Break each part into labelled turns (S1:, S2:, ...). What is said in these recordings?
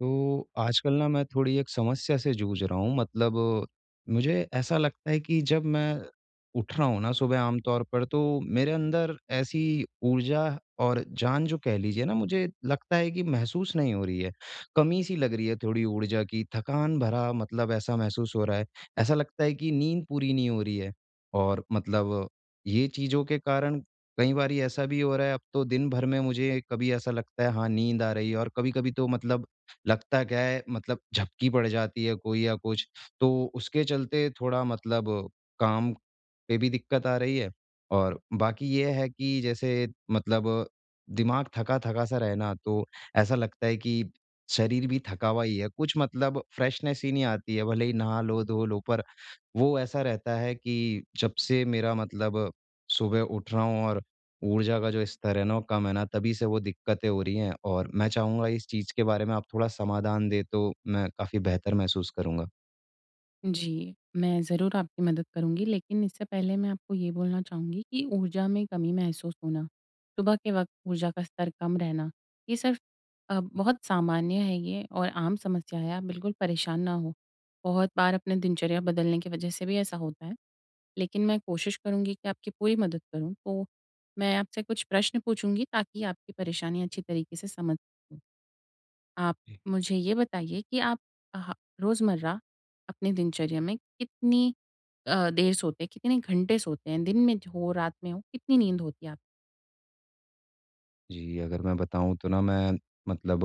S1: तो आजकल ना मैं थोड़ी एक समस्या से जूझ रहा हूँ मुझे ऐसा लगता है कि जब मैं उठ रहा हूँ ना, सुबह आमतौर पर, तो मेरे अंदर ऐसी ऊर्जा और जान जो कह लीजिए ना, मुझे लगता है कि महसूस नहीं हो रही है। कमी सी लग रही है थोड़ी ऊर्जा की, थकान भरा ऐसा महसूस हो रहा है। ऐसा लगता है कि नींद पूरी नहीं हो रही है और ये चीज़ों के कारण कई बार ऐसा भी हो रहा है अब तो। दिन भर में मुझे कभी ऐसा लगता है हाँ, नींद आ रही है, और कभी कभी तो लगता क्या है, मतलब झपकी पड़ जाती है कोई या कुछ, तो उसके चलते थोड़ा काम पे भी दिक्कत आ रही है। और बाकी ये है कि जैसे मतलब दिमाग थका-थका सा रहना, तो ऐसा लगता है कि शरीर भी थका हुआ ही है, कुछ मतलब फ्रेशनेस ही नहीं आती है, भले ही नहा लो, धो लो, पर वो ऐसा रहता है कि जब से मेरा सुबह उठ रहा हूँ और ऊर्जा का जो स्तर है ना, वो कम है ना, तभी से वो दिक्कतें हो रही हैं। और मैं चाहूँगा इस चीज़ के बारे में आप थोड़ा समाधान दें, तो मैं काफ़ी बेहतर महसूस करूँगा।
S2: जी, मैं ज़रूर आपकी मदद करूँगी, लेकिन इससे पहले मैं आपको ये बोलना चाहूँगी कि ऊर्जा में कमी महसूस होना, सुबह के वक़्त ऊर्जा का स्तर कम रहना, ये सिर्फ़ बहुत सामान्य है ये और आम समस्या है। आप बिल्कुल परेशान ना हों। बहुत बार अपने दिनचर्या बदलने की वजह से भी ऐसा होता है, लेकिन मैं कोशिश करूँगी कि आपकी पूरी मदद करूँ। तो मैं आपसे कुछ प्रश्न पूछूँगी ताकि आपकी परेशानी अच्छी तरीके से समझ सकूँ। आप मुझे ये बताइए कि आप ह रोज़मर्रा अपनी दिनचर्या में कितनी देर सोते हैं? कितने घंटे सोते हैं? दिन में हो, रात में हो, कितनी नींद होती है आप?
S1: जी, अगर मैं बताऊँ तो ना मैं मतलब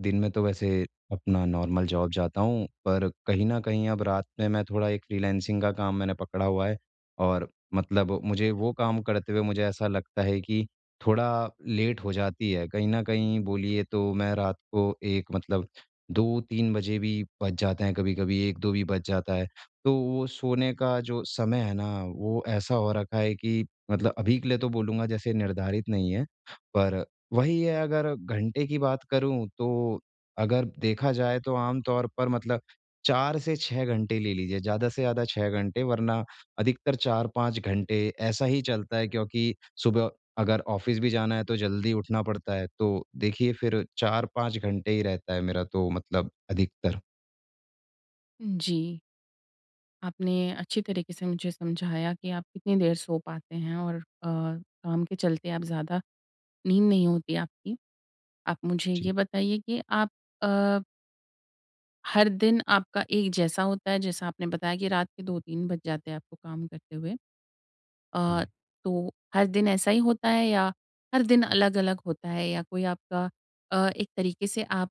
S1: दिन में तो वैसे अपना नॉर्मल जॉब जाता हूँ, पर कहीं न कहीं अब रात में मैं थोड़ा एक फ्रीलांसिंग का काम मैंने पकड़ा हुआ है। और मुझे वो काम करते हुए मुझे ऐसा लगता है कि थोड़ा लेट हो जाती है। कहीं न कहीं बोलिए तो मैं रात को एक 2-3 बजे भी बज जाते हैं कभी-कभी, 1-2 भी बज जाता है। तो वो सोने का जो समय है ना, वो ऐसा हो रखा है कि अभी के लिए तो बोलूँगा जैसे निर्धारित नहीं है। पर वही है, अगर घंटे की बात करूँ तो, अगर देखा जाए तो आम तौर पर 4 से 6 घंटे ले लीजिए, ज़्यादा से ज़्यादा 6 घंटे, वरना अधिकतर 4-5 घंटे ऐसा ही चलता है। क्योंकि सुबह अगर ऑफ़िस भी जाना है तो जल्दी उठना पड़ता है, तो देखिए फिर 4-5 घंटे ही रहता है मेरा तो मतलब अधिकतर।
S2: जी, आपने अच्छी तरीके से मुझे समझाया कि आप कितनी देर सो पाते हैं और काम के चलते आप ज़्यादा नींद नहीं होती आपकी। आप मुझे ये
S1: जी।
S2: बताइए कि आप, अ, हर दिन आपका एक जैसा होता है? जैसा आपने बताया कि रात के 2-3 बज जाते हैं आपको काम करते हुए। अ,
S1: जी।
S2: तो हर दिन ऐसा ही होता है या हर दिन अलग-अलग होता है, या कोई आपका एक तरीके से आप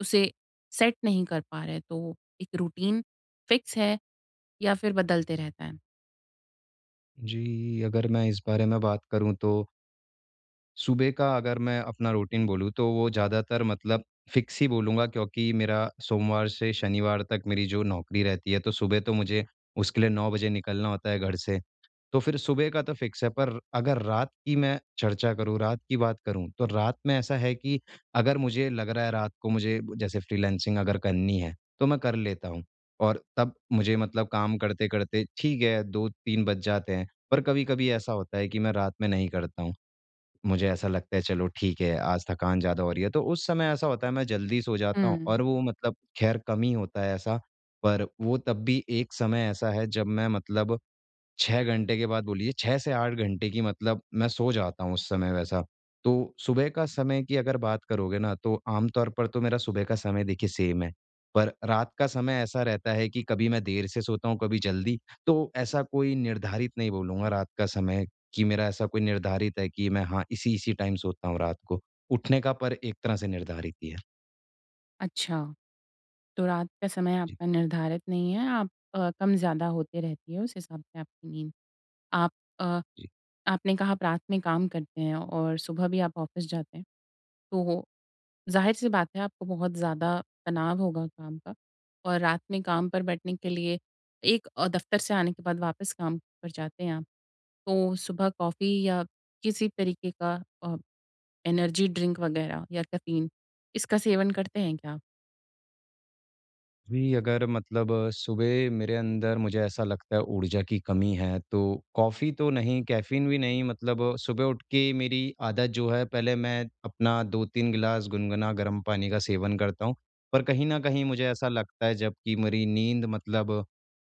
S2: उसे सेट नहीं कर पा रहे, तो एक रूटीन फिक्स है या फिर बदलते रहता है?
S1: जी, अगर मैं इस बारे में बात करूँ तो सुबह का अगर मैं अपना रूटीन बोलूँ तो वो ज़्यादातर फिक्स ही बोलूँगा, क्योंकि मेरा सोमवार से शनिवार तक मेरी जो नौकरी रहती है, तो सुबह तो मुझे उसके लिए 9 बजे निकलना होता है घर से। तो फिर सुबह का तो फिक्स है, पर अगर रात की मैं चर्चा करूँ, रात की बात करूँ, तो रात में ऐसा है कि अगर मुझे लग रहा है रात को मुझे जैसे फ्रीलांसिंग अगर करनी है तो मैं कर लेता हूँ। और तब मुझे मतलब काम करते-करते ठीक है 2-3 बज जाते हैं, पर कभी-कभी ऐसा होता है कि मैं रात में नहीं करता हूँ। मुझे ऐसा लगता है चलो ठीक है आज थकान ज़्यादा हो रही है, तो उस समय ऐसा होता है मैं जल्दी सो जाता हूँ।
S2: हुँ।
S1: और वो मतलब ख़ैर कम ही होता है ऐसा, पर वो तब भी एक समय ऐसा है जब मैं 6 घंटे के बाद बोलिए, 6 से 8 घंटे की मतलब मैं सो जाता हूँ उस समय वैसा। तो सुबह का समय की अगर बात करोगे ना, तो आम तौर पर तो मेरा सुबह का समय देखिए सेम है। पर रात का समय ऐसा रहता है कि कभी मैं देर से सोता हूँ, कभी जल्दी। तो ऐसा कोई निर्धारित नहीं बोलूँगा रात का समय कि मेरा ऐसा कोई निर्धारित है कि मैं हाँ, इसी-इसी टाइम सोता हूँ रात को। उठने का पर एक तरह से निर्धारित ही है।
S2: अच्छा, तो रात का समय आपका निर्धारित नहीं है, आप कम-ज़्यादा होते रहती है उस हिसाब से आपकी नींद। आप अ,
S1: जी।
S2: आपने कहा आप रात में काम करते हैं और सुबह भी आप ऑफ़िस जाते हैं, तो ज़ाहिर-सी बात है आपको बहुत ज़्यादा तनाव होगा काम का। और रात में काम पर बैठने के लिए, एक दफ़्तर से आने के बाद वापस काम पर जाते हैं आप, तो सुबह कॉफ़ी या किसी तरीके का अ, एनर्जी ड्रिंक वग़ैरह या कैफ़ीन, इसका सेवन करते हैं क्या आप?
S1: जी, अगर सुबह मेरे अंदर मुझे ऐसा लगता है ऊर्जा की कमी है, तो कॉफ़ी तो नहीं, कैफ़ीन भी नहीं, मतलब सुबह उठ के मेरी आदत जो है पहले मैं अपना 2-3 गिलास गुनगुना गर्म पानी का सेवन करता हूँ। पर कहीं न कहीं मुझे ऐसा लगता है जबकि मेरी नींद मतलब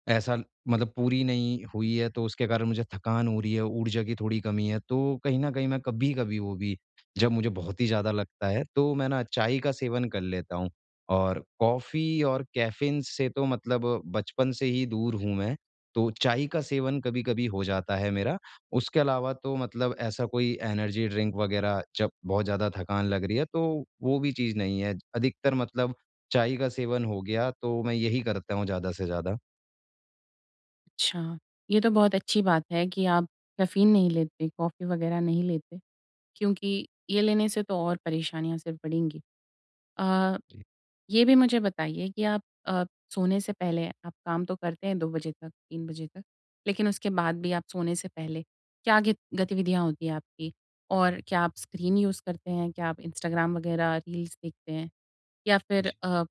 S1: ऐसा मतलब पूरी नहीं हुई है, तो उसके कारण मुझे थकान हो रही है, ऊर्जा की थोड़ी कमी है। तो कहीं न कहीं मैं कभी-कभी वो भी, जब मुझे बहुत ही ज़्यादा लगता है, तो मैं ना चाय का सेवन कर लेता हूँ। और कॉफ़ी और कैफ़ीन से तो बचपन से ही दूर हूँ मैं, तो चाय का सेवन कभी-कभी हो जाता है मेरा। उसके अलावा तो मतलब ऐसा कोई एनर्जी ड्रिंक वग़ैरह, जब बहुत ज़्यादा थकान लग रही है, तो वो भी चीज़ नहीं है। अधिकतर चाय का सेवन हो गया, तो मैं यही करता हूँ ज़्यादा से ज़्यादा।
S2: अच्छा, ये तो बहुत अच्छी बात है कि आप कैफ़ीन नहीं लेते, कॉफ़ी वग़ैरह नहीं लेते, क्योंकि ये लेने से तो और परेशानियाँ सिर्फ़ बढ़ेंगी। अ ये भी मुझे बताइए कि आप, सोने से पहले आप काम तो करते हैं 2 बजे तक, 3 बजे तक, लेकिन उसके बाद भी आप सोने से पहले क्या गि गतिविधियाँ होती हैं आपकी? और क्या आप स्क्रीन यूज़ करते हैं? क्या आप इंस्टाग्राम वगैरह रील्स देखते हैं? या फिर
S1: जी।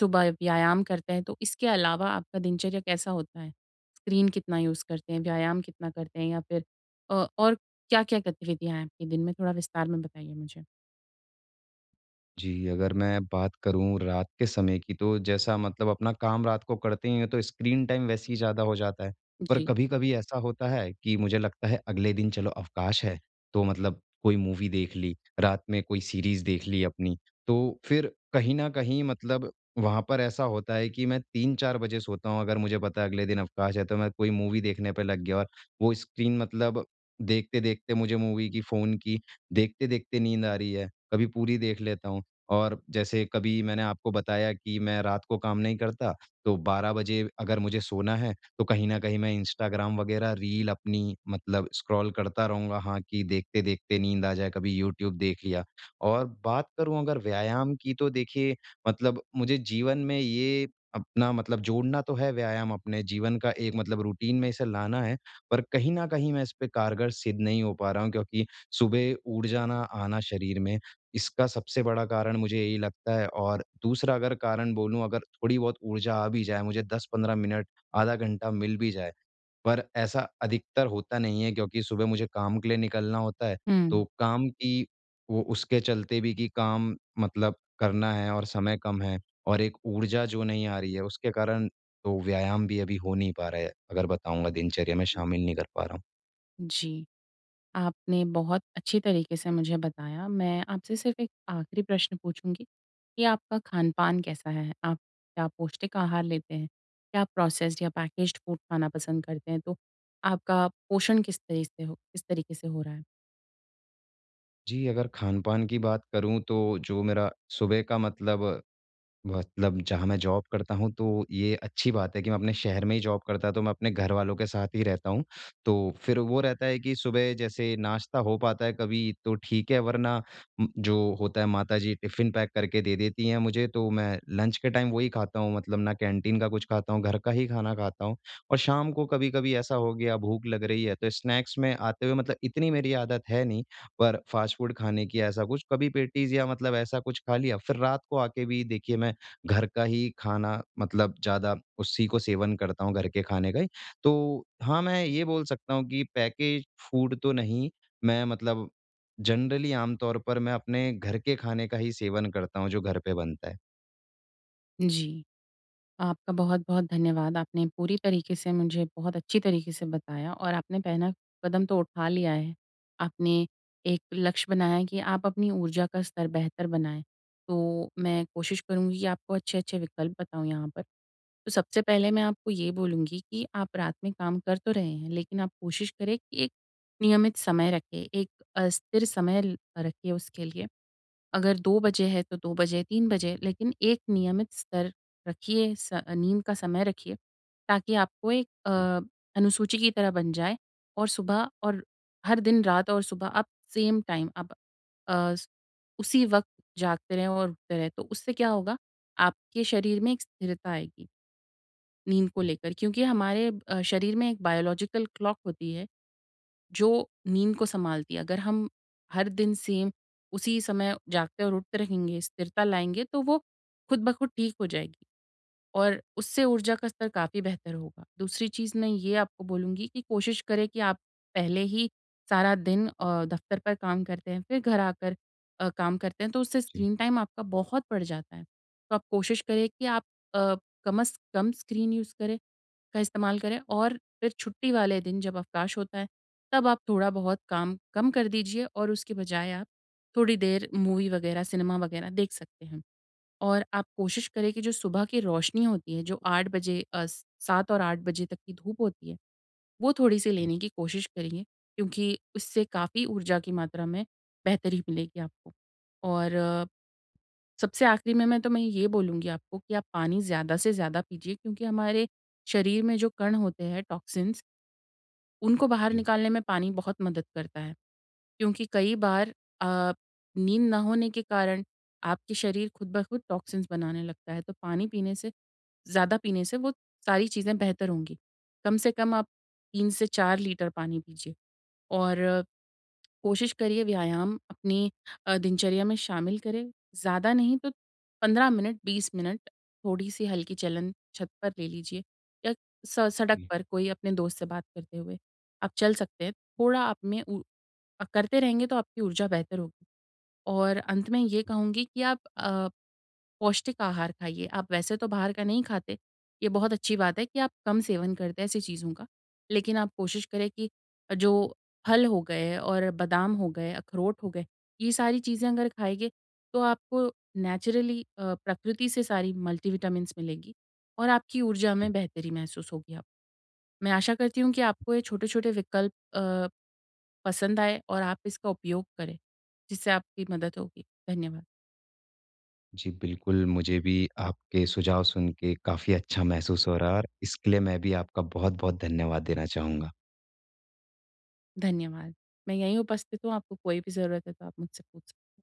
S2: सुबह व्यायाम करते हैं? तो इसके अलावा आपका दिनचर्या कैसा होता है? स्क्रीन कितना यूज़ करते हैं? व्यायाम कितना करते हैं? या फिर और क्या-क्या गतिविधियाँ हैं आपके दिन में? थोड़ा विस्तार में बताइए मुझे।
S1: जी, अगर मैं बात करूँ रात के समय की, तो जैसा मतलब अपना काम रात को करते हैं तो स्क्रीन टाइम वैसे ही ज़्यादा हो जाता है। पर
S2: जी।
S1: कभी-कभी ऐसा होता है कि मुझे लगता है अगले दिन चलो अवकाश है, तो मतलब कोई मूवी देख ली, रात में कोई सीरीज़ देख ली अपनी। तो फिर कहीं न कहीं वहाँ पर ऐसा होता है कि मैं 3-4 बजे सोता हूँ। अगर मुझे पता है अगले दिन अवकाश है तो मैं कोई मूवी देखने पे लग गया और वो स्क्रीन देखते-देखते मुझे मूवी की, फ़ोन की देखते-देखते नींद आ रही है। कभी पूरी देख लेता हूँ। और जैसे कभी मैंने आपको बताया कि मैं रात को काम नहीं करता, तो 12 बजे अगर मुझे सोना है, तो कहीं न कहीं मैं इंस्टाग्राम वगैरह रील अपनी मतलब स्क्रॉल करता रहूँगा हाँ, कि देखते-देखते नींद आ जाए, कभी यूट्यूब देख लिया। और बात करूँ अगर व्यायाम की तो देखिए मुझे जीवन में ये अपना मतलब जोड़ना तो है, व्यायाम अपने जीवन का एक मतलब रूटीन में इसे लाना है, पर कहीं न कहीं मैं इस पे कारगर सिद्ध नहीं हो पा रहा हूँ, क्योंकि सुबह ऊर्जा ना आना शरीर में इसका सबसे बड़ा कारण मुझे यही लगता है। और दूसरा अगर कारण बोलूँ, अगर थोड़ी बहुत ऊर्जा आ भी जाए, मुझे 10-15 मिनट, आधा घंटा मिल भी जाए, पर ऐसा अधिकतर होता नहीं है क्योंकि सुबह मुझे काम के लिए निकलना होता है,
S2: हुँ।
S1: तो काम की वो, उसके चलते भी कि काम मतलब करना है और समय कम है और एक ऊर्जा जो नहीं आ रही है, उसके कारण तो व्यायाम भी अभी हो नहीं पा रहा है, अगर बताऊँगा, दिनचर्या में शामिल नहीं कर पा रहा हूँ।
S2: जी। आपने बहुत अच्छी तरीके से मुझे बताया। मैं आपसे सिर्फ़ एक आखिरी प्रश्न पूछूँगी कि आपका खान-पान कैसा है? आप क्या पौष्टिक आहार लेते हैं? क्या आप प्रोसेस्ड या पैकेज्ड फूड खाना पसंद करते हैं? तो आपका पोषण किस तरीके से हो रहा है?
S1: जी, अगर खान-पान की बात करूँ तो जो मेरा सुबह का मतलब जहाँ मैं जॉब करता हूँ, तो ये अच्छी बात है कि मैं अपने शहर में ही जॉब करता तो मैं अपने घरवालों के साथ ही रहता हूँ। तो फिर वो रहता है कि सुबह जैसे नाश्ता हो पाता है कभी तो ठीक है, वरना जो होता है माताजी टिफ़िन पैक करके दे देती हैं मुझे, तो मैं लंच के टाइम वही खाता हूँ, मतलब ना कैंटीन का कुछ खाता हूँ, घर का ही खाना खाता हूँ। और शाम को कभी-कभी ऐसा हो गया भूख लग रही है तो स्नैक्स में आते हुए, मतलब इतनी मेरी आदत है नहीं पर फ़ास्ट फ़ूड खाने की, ऐसा कुछ, कभी पेटीज़ या मतलब ऐसा कुछ खा लिया। फिर रात को आके भी देखिए मैं घर का ही खाना ज़्यादा उसी को सेवन करता हूँ, घर के खाने का ही। तो हाँ, मैं ये बोल सकता हूँ कि पैकेज फूड तो नहीं, मैं जनरली आम तौर पर मैं अपने घर के खाने का ही सेवन करता हूँ जो घर पे बनता है।
S2: जी। आपका बहुत-बहुत धन्यवाद। आपने पूरी तरीके से मुझे बहुत अच्छी तरीके से बताया और आपने पहला कदम तो उठा लिया है। आपने एक लक्ष्य बनाया है कि आप अपनी ऊर्जा का स्तर बेहतर बनाएँ। तो मैं कोशिश करूँगी कि आपको अच्छे-अच्छे विकल्प बताऊँ यहाँ पर। तो सबसे पहले मैं आपको ये बोलूँगी कि आप रात में काम कर तो रहे हैं, लेकिन आप कोशिश करें कि एक नियमित समय रखें, एक स्थिर समय ल रखिए उसके लिए। अगर 2 बजे है तो 2 बजे, 3 बजे, लेकिन एक नियमित स्तर रखिए, स नींद का समय रखिए, ताकि आपको एक
S1: जी।
S2: अनुसूची की तरह बन जाए। और सुबह और हर दिन रात और सुबह आप सेम टाइम आप, अ, स- उसी वक़्त जागते रहें और उठते रहें। तो उससे क्या होगा, आपके शरीर में एक स्थिरता आएगी नींद को
S1: जी,
S2: लेकर, क्योंकि हमारे शरीर में एक बायोलॉजिकल क्लॉक होती है, जो नींद को सँभालती है। अगर हम हर दिन सेम उसी समय जागते और उठते रहेंगे, स्थिरता लाएँगे, तो वो खुद ब खुद ठीक हो जाएगी और उससे ऊर्जा का स्तर काफ़ी बेहतर होगा। दूसरी चीज़ मैं ये आपको बोलूँगी कि कोशिश करें कि आप, पहले ही सारा दिन दफ़्तर पर काम करते हैं, फिर घर आकर काम करते हैं, तो उससे
S1: जी,
S2: स्क्रीन टाइम आपका बहुत बढ़ जाता है। तो आप कोशिश करें कि आप अ, कम से कम स्क्रीन यूज़ करें। का इस्तेमाल करें। और फिर छुट्टी वाले दिन जब अवकाश होता है, तब आप थोड़ा बहुत काम कम कर दीजिए और उसके बजाय आप थोड़ी देर मूवी वगैरह, सिनेमा वगैरह देख सकते हैं। और आप कोशिश करें कि जो सुबह की रोशनी होती है, जो 7 और 8 बजे तक की धूप होती है, वो थोड़ी-सी
S1: जी,
S2: लेने की कोशिश करिए, क्योंकि उससे काफ़ी ऊर्जा की मात्रा में बेहतरी मिलेगी आपको। और सबसे आखिरी में मैं ये बोलूँगी आपको कि आप पानी ज़्यादा से ज़्यादा पीजिए, क्योंकि हमारे शरीर में जो कण होते हैं टॉक्सिन्स, उनको बाहर
S1: जी,
S2: निकालने में पानी बहुत मदद करता है। क्योंकि कई बार अ, नींद ना होने के कारण आपके शरीर खुद ब खुद टॉक्सिन्स बनाने लगता है, तो पानी पीने से ज़्यादा पीने से वो सारी चीज़ें बेहतर होंगी। कम से कम आप 3 से 4 लीटर पानी पीजिए और कोशिश करिए व्यायाम अपनी दिनचर्या में शामिल करें। ज़्यादा नहीं तो 15 मिनट, 20 मिनट थोड़ी-सी हल्की चलन छत पर ले लीजिए या स सड़क
S1: जी,
S2: पर कोई अपने दोस्त से बात करते हुए आप चल सकते हैं। थोड़ा आप में करते रहेंगे तो आपकी ऊर्जा बेहतर होगी। और अंत में ये कहूँगी कि आप पौष्टिक आहार खाइए। आप वैसे तो बाहर का नहीं खाते, ये बहुत अच्छी बात है कि आप कम सेवन करते हैं ऐसी चीज़ों का। लेकिन आप कोशिश करें कि जो फल हो गए और बादाम हो गए, अखरोट हो गए, ये सारी चीज़ें अगर खाएँगे तो आपको नेचुरली प्रकृति से सारी मल्टीविटामिन्स मिलेंगी और आपकी ऊर्जा में
S1: जी।
S2: बेहतरी महसूस होगी आप। मैं आशा करती हूँ कि आपको ये छोटे-छोटे विकल्प पसंद आए और आप इसका उपयोग करें, जिससे आपकी मदद होगी। धन्यवाद।
S1: जी, बिल्कुल मुझे भी आपके सुझाव सुन के काफ़ी अच्छा महसूस हो रहा है और इसके लिए मैं भी आपका बहुत-बहुत धन्यवाद देना चाहूँगा।
S2: धन्यवाद। मैं यहीं उपस्थित हूँ, आपको कोई भी ज़रूरत है तो आप मुझसे पूछ सक